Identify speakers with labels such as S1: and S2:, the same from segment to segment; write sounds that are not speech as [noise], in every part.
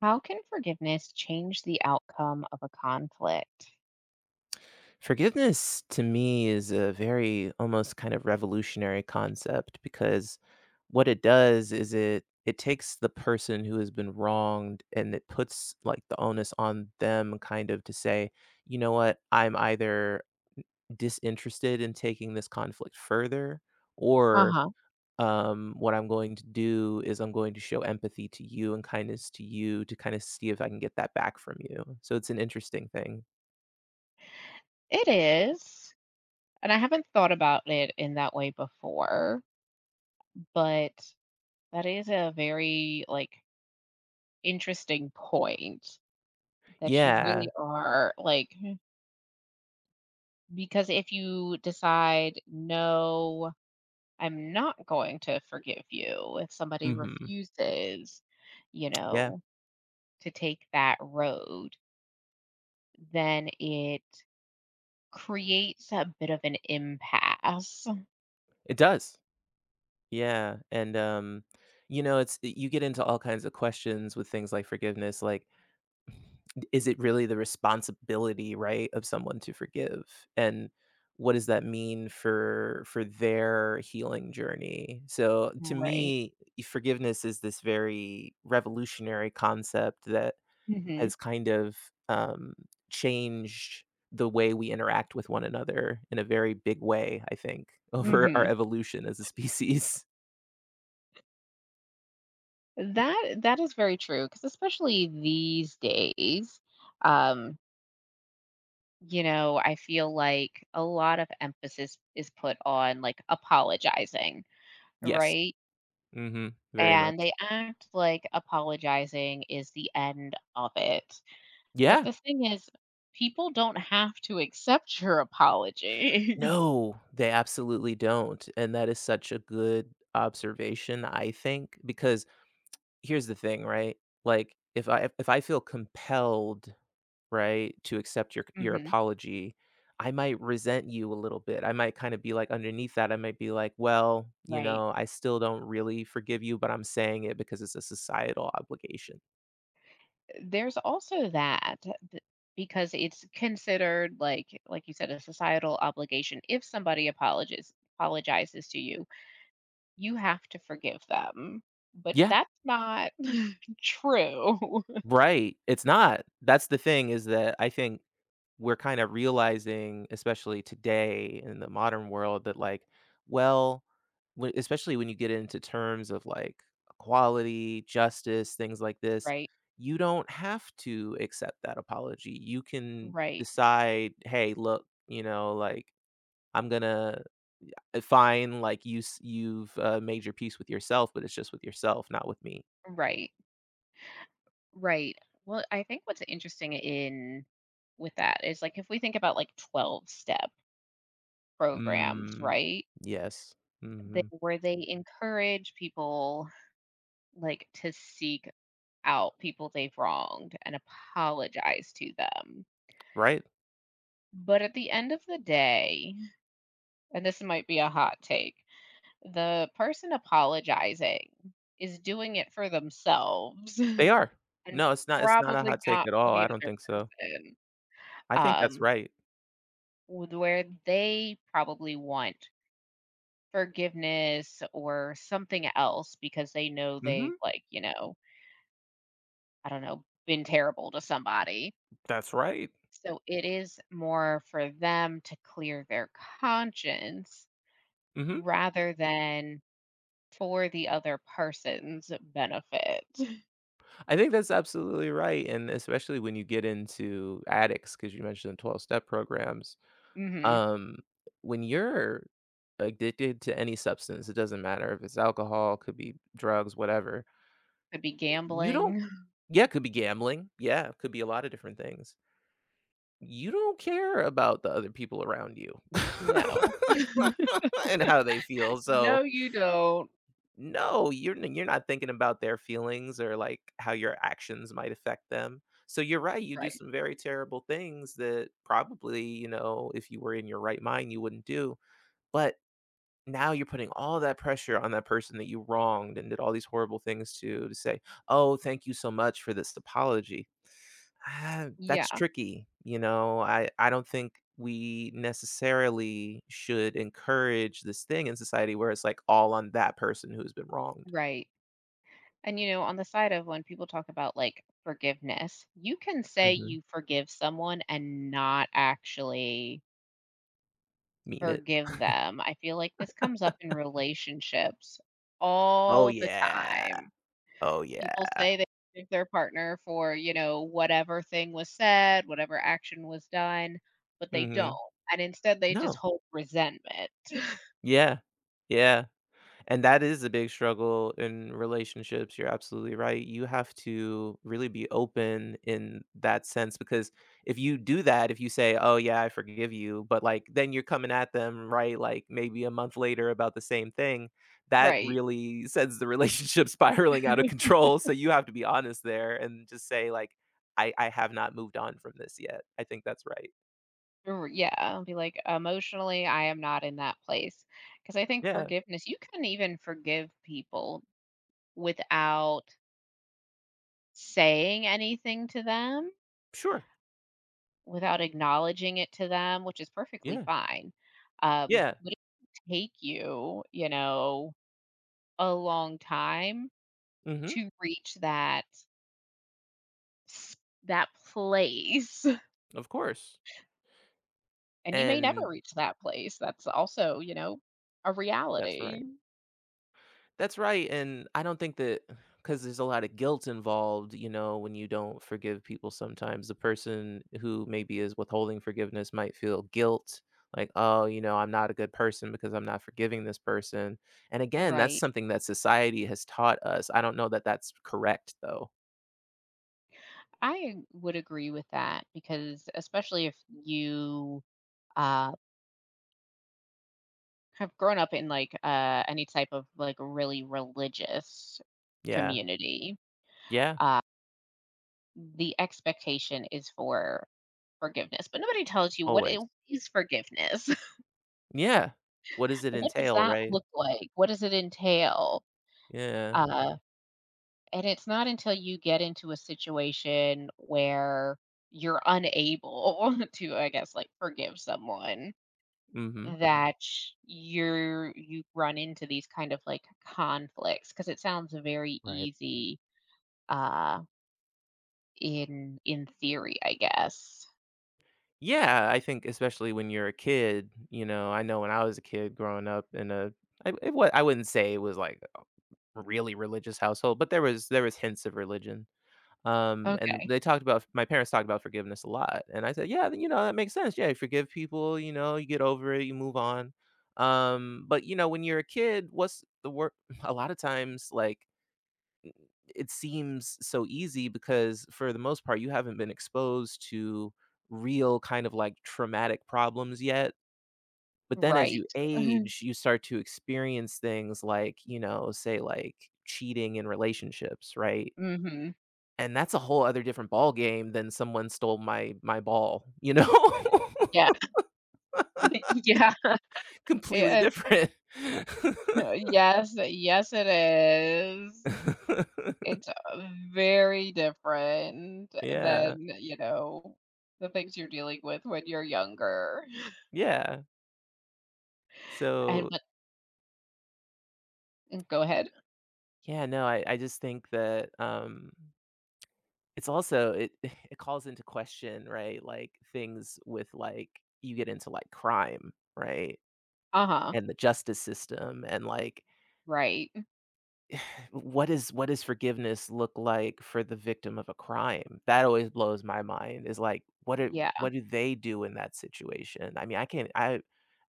S1: How can forgiveness change the outcome of a conflict?
S2: Forgiveness to me is a very almost kind of revolutionary concept because what it does is it takes the person who has been wronged and it puts like the onus on them kind of to say, you know what, I'm either disinterested in taking this conflict further
S1: Uh
S2: or
S1: huh.
S2: what I'm going to do is I'm going to show empathy to you and kindness to you to kind of see if I can get that back from you. So it's an interesting thing.
S1: It is, and I haven't thought about it in that way before, but that is a very interesting point that you
S2: Yeah.
S1: really are, like, because if you decide no, I'm not going to forgive, you if somebody
S2: Mhm.
S1: refuses, you
S2: Yeah.
S1: know, to take that road, then it creates a bit of an impasse,
S2: It does. Yeah, you know, it's you get into all kinds of questions with things like forgiveness, like, [sighs] is it really the responsibility, right, of someone to forgive? And what does that mean for their healing journey? So, to
S1: right?
S2: me, forgiveness is this very revolutionary concept that
S1: Mhm,
S2: has um, changed the way we interact with one another in a very big way, I think, [laughs] over our
S1: mhm.
S2: evolution as a species.
S1: That that is very true. Because especially these days, um, you know, I feel like a lot of emphasis is put on, like, apologizing,
S2: Yes.
S1: right?
S2: Mhm, very
S1: And
S2: much.
S1: they act like apologizing is the end of it. But
S2: Yeah.
S1: the thing is, people don't have to accept your apology. [laughs]
S2: No, they absolutely don't, and that is such a good observation, I think, because here's the thing, right? Like if I feel compelled, right, to accept your
S1: Mhm,
S2: apology, I might resent you a little bit. I might kind of be like underneath that, I might be like, well, you
S1: right.
S2: know, I still don't really forgive you, but I'm saying it because it's a societal obligation.
S1: There's also that b- because it's considered, like you said, a societal obligation. If somebody apologizes to you, you have to forgive them, but
S2: Yeah,
S1: that's not [laughs] true.
S2: right. It's not. That's the thing is that I think we're kind of realizing, especially today in the modern world, that like, well, especially when you get into terms of like equality, justice, things like this,
S1: [laughs] Right,
S2: you don't have to accept that apology. You can
S1: right,
S2: decide, hey, look, you know, like I'm gonna fine, like you've made your peace with yourself, but it's just with yourself, not with me.
S1: right, right. Well, I think what's interesting in with that is, like, if we think about like 12 step programs,
S2: Mm,
S1: right,
S2: yes.
S1: that
S2: Hmm.
S1: where they encourage people, like, to seek out people they've wronged and apologize to them.
S2: Right.
S1: But at the end of the day, and this might be a hot take, the person apologizing is doing it for themselves, [laughs]
S2: They
S1: and
S2: are. No, it's not a
S1: probably
S2: hot take
S1: not
S2: at
S1: for
S2: all,
S1: the
S2: I don't
S1: other
S2: think so.
S1: person.
S2: I think that's
S1: Um,
S2: right.
S1: with where they probably want forgiveness or something else because they know they've,
S2: Mhm.
S1: like, you know, I don't know, been terrible to somebody.
S2: That's right.
S1: So it is more for them to clear their conscience
S2: Mhm.
S1: rather than for the other person's benefit. [laughs]
S2: I think that's absolutely right, and especially when you get into addicts, because you mentioned 12-step programs.
S1: Mhm.
S2: Um, when you're addicted to any substance, it doesn't matter if it's alcohol, could be drugs, whatever,
S1: Could be
S2: you don't.
S1: gambling. [laughs]
S2: Yeah, it could be gambling. Yeah, it could be a lot of different things. You don't care about the other people around you
S1: No.
S2: [laughs] and how they feel,
S1: No,
S2: so
S1: you don't.
S2: no, you're not thinking about their feelings or, like, how your actions might affect them. So you're right, you do
S1: Right.
S2: some very terrible things that probably, you know, if you were in your right mind, you wouldn't do. But now you're putting all that pressure on that person that you wronged and did all these horrible things to say, "Oh, thank you so much for this apology." Ah,
S1: Yeah.
S2: that's tricky, you know? I don't think we necessarily should encourage this thing in society where it's, like, all on that person who's been wronged.
S1: Right. And you know, on the side of when people talk about, like, forgiveness, you can say
S2: Mhm.
S1: you forgive someone and not actually
S2: Mean it.
S1: forgive them. I feel like this comes up in relationships
S2: Oh,
S1: all the
S2: yeah.
S1: time.
S2: Oh,
S1: People
S2: yeah.
S1: say they forgive their partner for, you know, whatever thing was said, whatever action was done, but they don't,
S2: Mhm.
S1: and instead they just
S2: No.
S1: hold resentment.
S2: Yeah. Yeah. And that is a big struggle in relationships. You're absolutely right. You have to really be open in that sense because if you do that, if you say, "Oh yeah, I forgive you," but like then you're coming at them, right? Like maybe a month later about the same thing, that
S1: Right.
S2: really sends the relationship [laughs] spiraling
S1: [laughs]
S2: out of control. So you have to be honest there and just say like, "I have not moved on from this yet." I think that's right.
S1: R yeah, be like, "Emotionally, I am not in that place, because I think
S2: Yeah.
S1: forgiveness, you can even forgive people without saying anything to them,
S2: Sure.
S1: without acknowledging it to them, which is perfectly
S2: Yeah.
S1: fine.
S2: Yeah.
S1: Would it take you, you know, a long time
S2: Mhm.
S1: to reach that s that place, [laughs]
S2: Of course.
S1: and you may never
S2: And
S1: reach that place. That's also, you know, a
S2: that's
S1: reality.
S2: right. That's right, and I don't think that, because there's a lot of guilt involved, you know, when you don't forgive people sometimes. The person who maybe is withholding forgiveness might feel guilt, like, "Oh, you know, I'm not a good person because I'm not forgiving this person." And again, that's
S1: Right.
S2: something that society has taught us. I don't know that that's correct, though.
S1: I would agree with that because especially if you, uh, have grown up in, like, any type of, like, really religious
S2: Yeah.
S1: community,
S2: Yeah,
S1: uh, the expectation is for forgiveness, but nobody tells you what it
S2: always.
S1: is forgiveness. [laughs]
S2: Yeah. What does it
S1: What does
S2: entail,
S1: that
S2: right?
S1: look like? What does it entail?
S2: Yeah.
S1: Uh And it's not until you get into a situation where you're unable [laughs] to, I guess, like, forgive someone.
S2: Mhm.
S1: Mhm. That you run into these kind of like conflicts because it sounds very
S2: Right.
S1: easy, uh in theory, I guess.
S2: Yeah, I think especially when you're a kid, you know, I know when I was a kid growing up in a I wouldn't say it was like a really religious household, but there was hints of religion. And
S1: Okay.
S2: they talked about My parents talked about forgiveness a lot, and I said, "Yeah, you know, that makes sense. Yeah, you forgive people, you know, you get over it, you move on." But you know, when you're a kid, what's the word? [laughs] A lot of times, like, it seems so easy because for the most part you haven't been exposed to real kind of like traumatic problems yet, but then as
S1: Right.
S2: you
S1: [laughs]
S2: age you start to experience things like, you know, say like cheating in relationships, right?
S1: Mhm.
S2: And that's a whole other different ball game than someone stole my ball, you know?
S1: Yeah. [laughs] Yeah.
S2: [laughs] Completely
S1: Yeah.
S2: different. [laughs]
S1: [laughs] Yes. Yes, it is. It's, very different
S2: Yeah.
S1: than, you know, the things you're dealing with when you're younger.
S2: Yeah.
S1: And
S2: so
S1: but mm, go ahead.
S2: yeah no i i just think that it's also it [laughs] it calls into question, right, like, things with, like, you get into, like, crime, right,
S1: Uh-huh.
S2: and the justice system and, like,
S1: Right.
S2: [sighs] what is what does forgiveness look like for the victim of a crime? That always blows my mind is, like, what do
S1: Yeah.
S2: they do in that situation? I mean, I can't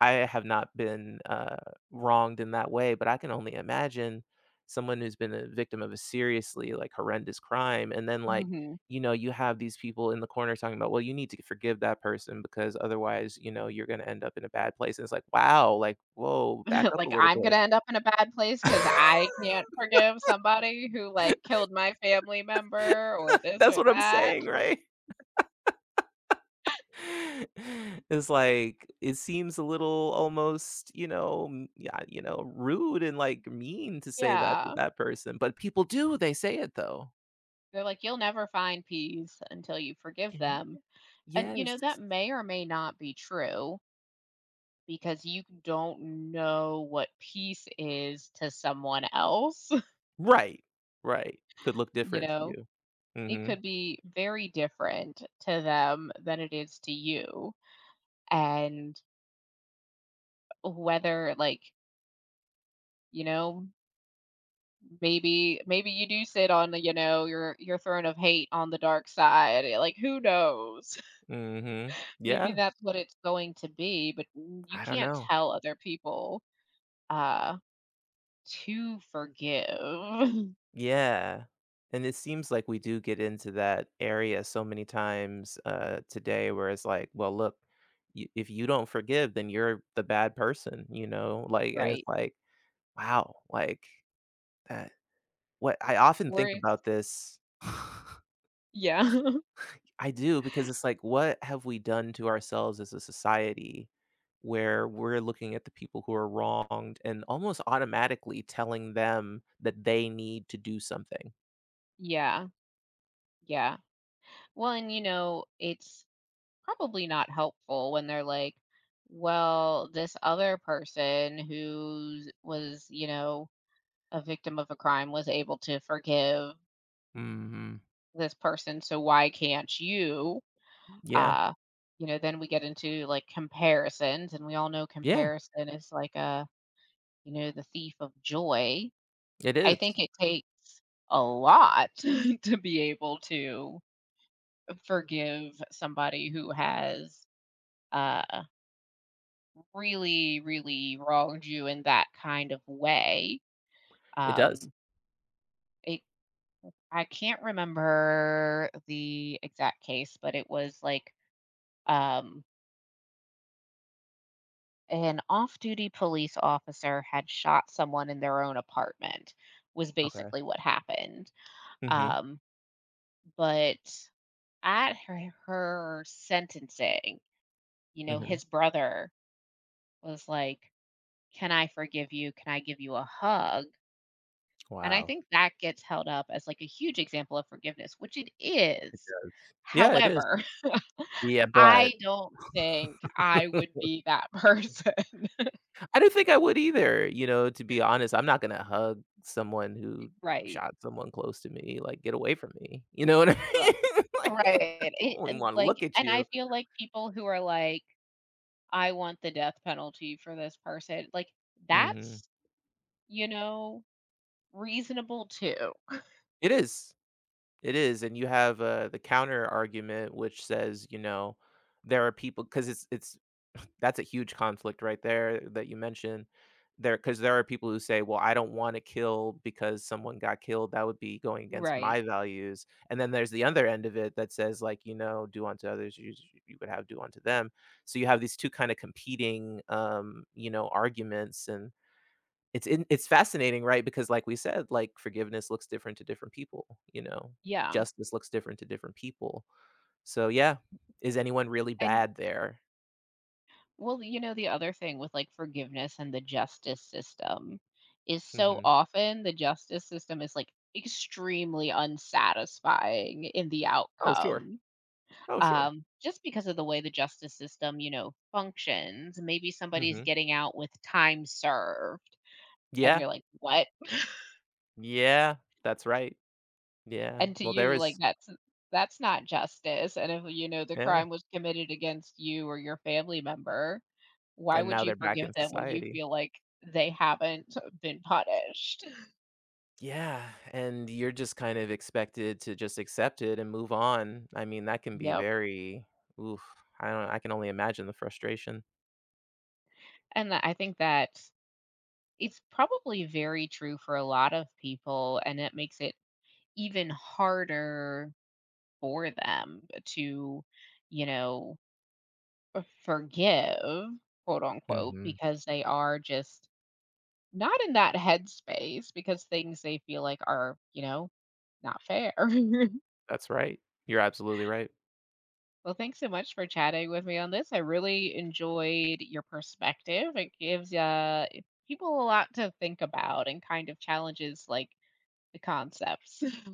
S2: I have not been, wronged in that way, but I can only imagine someone who's been a victim of a seriously, like, horrendous crime, and then, like,
S1: Mhm.
S2: you know, you have these people in the corner talking about, "Well, you need to forgive that person because otherwise, you know, you're gonna end up in a bad place," and it's like, "Wow, like, whoa, back
S1: [laughs]
S2: up a
S1: Like,
S2: little
S1: I'm
S2: bit."
S1: gonna end up in a bad place because I
S2: [laughs]
S1: can't forgive somebody who, like, killed my family member or this
S2: That's
S1: or
S2: what I'm
S1: that.
S2: saying, right? [laughs] It's like it seems a little almost, you know, m yeah, you know, rude and, like, mean to say that to
S1: Yeah.
S2: that person, but people do, they say it though.
S1: They're like, "You'll never find peace until you forgive
S2: Yeah.
S1: them." And, you
S2: Yes.
S1: know, that may or may not be true. Because you don't know what peace is to someone else, [laughs]
S2: Right. Right. Could look
S1: you
S2: different to
S1: know?
S2: you.
S1: It
S2: Mhm.
S1: could be very different to them than it is to you. And whether like, you know, maybe you do sit on the, you know, your throne of hate on the dark side. Eh, like who knows? [laughs]
S2: Mhm.
S1: Maybe
S2: Yeah.
S1: that's what it's going to be, but you
S2: I don't
S1: can't
S2: know.
S1: tell other people uh to forgive,
S2: Yeah. And it seems like we do get into that area so many times, today where it's like, "Well, look, you if you don't forgive, then you're the bad person," you know?
S1: [laughs]
S2: Like, and it's
S1: right?
S2: like, wow, like, that, what I often
S1: Or
S2: think
S1: it's,
S2: about this. [laughs]
S1: yeah. [laughs]
S2: I do, because it's like, what have we done to ourselves as a society where we're looking at the people who are wronged and almost automatically telling them that they need to do something?
S1: Yeah. Yeah. Well, and you know, it's probably not helpful when they're like, well, this other person who was, you know, a victim of a crime was able to forgive
S2: Mhm.
S1: this person, so why can't you?
S2: Yeah.
S1: Uh, you know, then we get into like comparisons, and we all know
S2: Yeah,
S1: comparison is like a, you know, the thief of joy.
S2: it
S1: I
S2: is.
S1: think it takes a lot [laughs] to be able to forgive somebody who has uh, really, really wronged you in that kind of way.
S2: It does.
S1: Um, it, I can't remember the exact case, but it was like um, an off duty police officer had shot someone in their own apartment, was
S2: Okay.
S1: basically what happened.
S2: Mhm,
S1: Um, but at her, her sentencing, you know,
S2: mhm.
S1: his brother was like, "Can I forgive you? Can I give you a hug?" And I
S2: Wow.
S1: think that gets held up as, like, a huge example of forgiveness, which it
S2: It
S1: is.
S2: does. Yeah, it is.
S1: However, [laughs]
S2: Yeah,
S1: I
S2: but
S1: don't think I would
S2: [laughs]
S1: be that person. [laughs]
S2: I don't think I would either, you know, to be honest. I'm not gonna hug someone who
S1: Right,
S2: shot someone close to me, like, "Get away from me." You know what I
S1: right,
S2: mean? [laughs] Like,
S1: right, it
S2: I do not
S1: and,
S2: wanna
S1: like,
S2: look at
S1: and I
S2: you.
S1: feel like people who are like, "I want the death penalty for this person," like,
S2: Mhm.
S1: that's, you know, reasonable too.
S2: It is. It is, and you have, the counter argument, which says, you know, there are people because it's [laughs] that's a huge conflict right there that you mentioned. There, because there are people who say, "Well, I don't wanna kill because someone got killed, that would be going against
S1: Right.
S2: my values." And then there's the other end of it that says, like, you know, "Do unto others you would have do unto them." So you have these two kinda competing, you know, arguments, and it's fascinating, right? Because like we said, like, forgiveness looks different to different people, you know?
S1: Yeah,
S2: Justice looks different to different people. So, yeah. Is anyone really
S1: and
S2: bad there?
S1: well, you know, the other thing with, like, forgiveness and the justice system is so
S2: Mhm.
S1: often the justice system is, like, extremely unsatisfying in the
S2: Oh, sure.
S1: outcome,
S2: Oh, sure.
S1: just because of the way the justice system, you know, functions. Maybe somebody's
S2: Mhm.
S1: getting out with time served, and
S2: Yeah.
S1: you're like, "What?"
S2: Yeah. That's right. Yeah.
S1: And to
S2: Well, there
S1: you, like,
S2: is
S1: that's not justice, and if, you know, the
S2: yeah.
S1: crime was committed against you or your family member, why
S2: And
S1: would
S2: now
S1: you
S2: they're back
S1: forgive
S2: in
S1: them when you
S2: society.
S1: feel like they haven't been punished?
S2: Yeah, and you're just kind of expected to just accept it and move on. I mean, that can be
S1: Yep.
S2: very oof, I don't, I can only imagine the frustration.
S1: And that, I think that it's probably very true for a lot of people, and it makes it even harder for them to, you know, forgive, quote unquote,
S2: Mhm.
S1: because they are just not in that headspace because things they feel like are, you know, not fair. [laughs]
S2: That's right. You're absolutely right.
S1: Well, thanks so much for chatting with me on this. I really enjoyed your perspective. It gives, people a lot to think about and kind of challenges like the concepts. [laughs]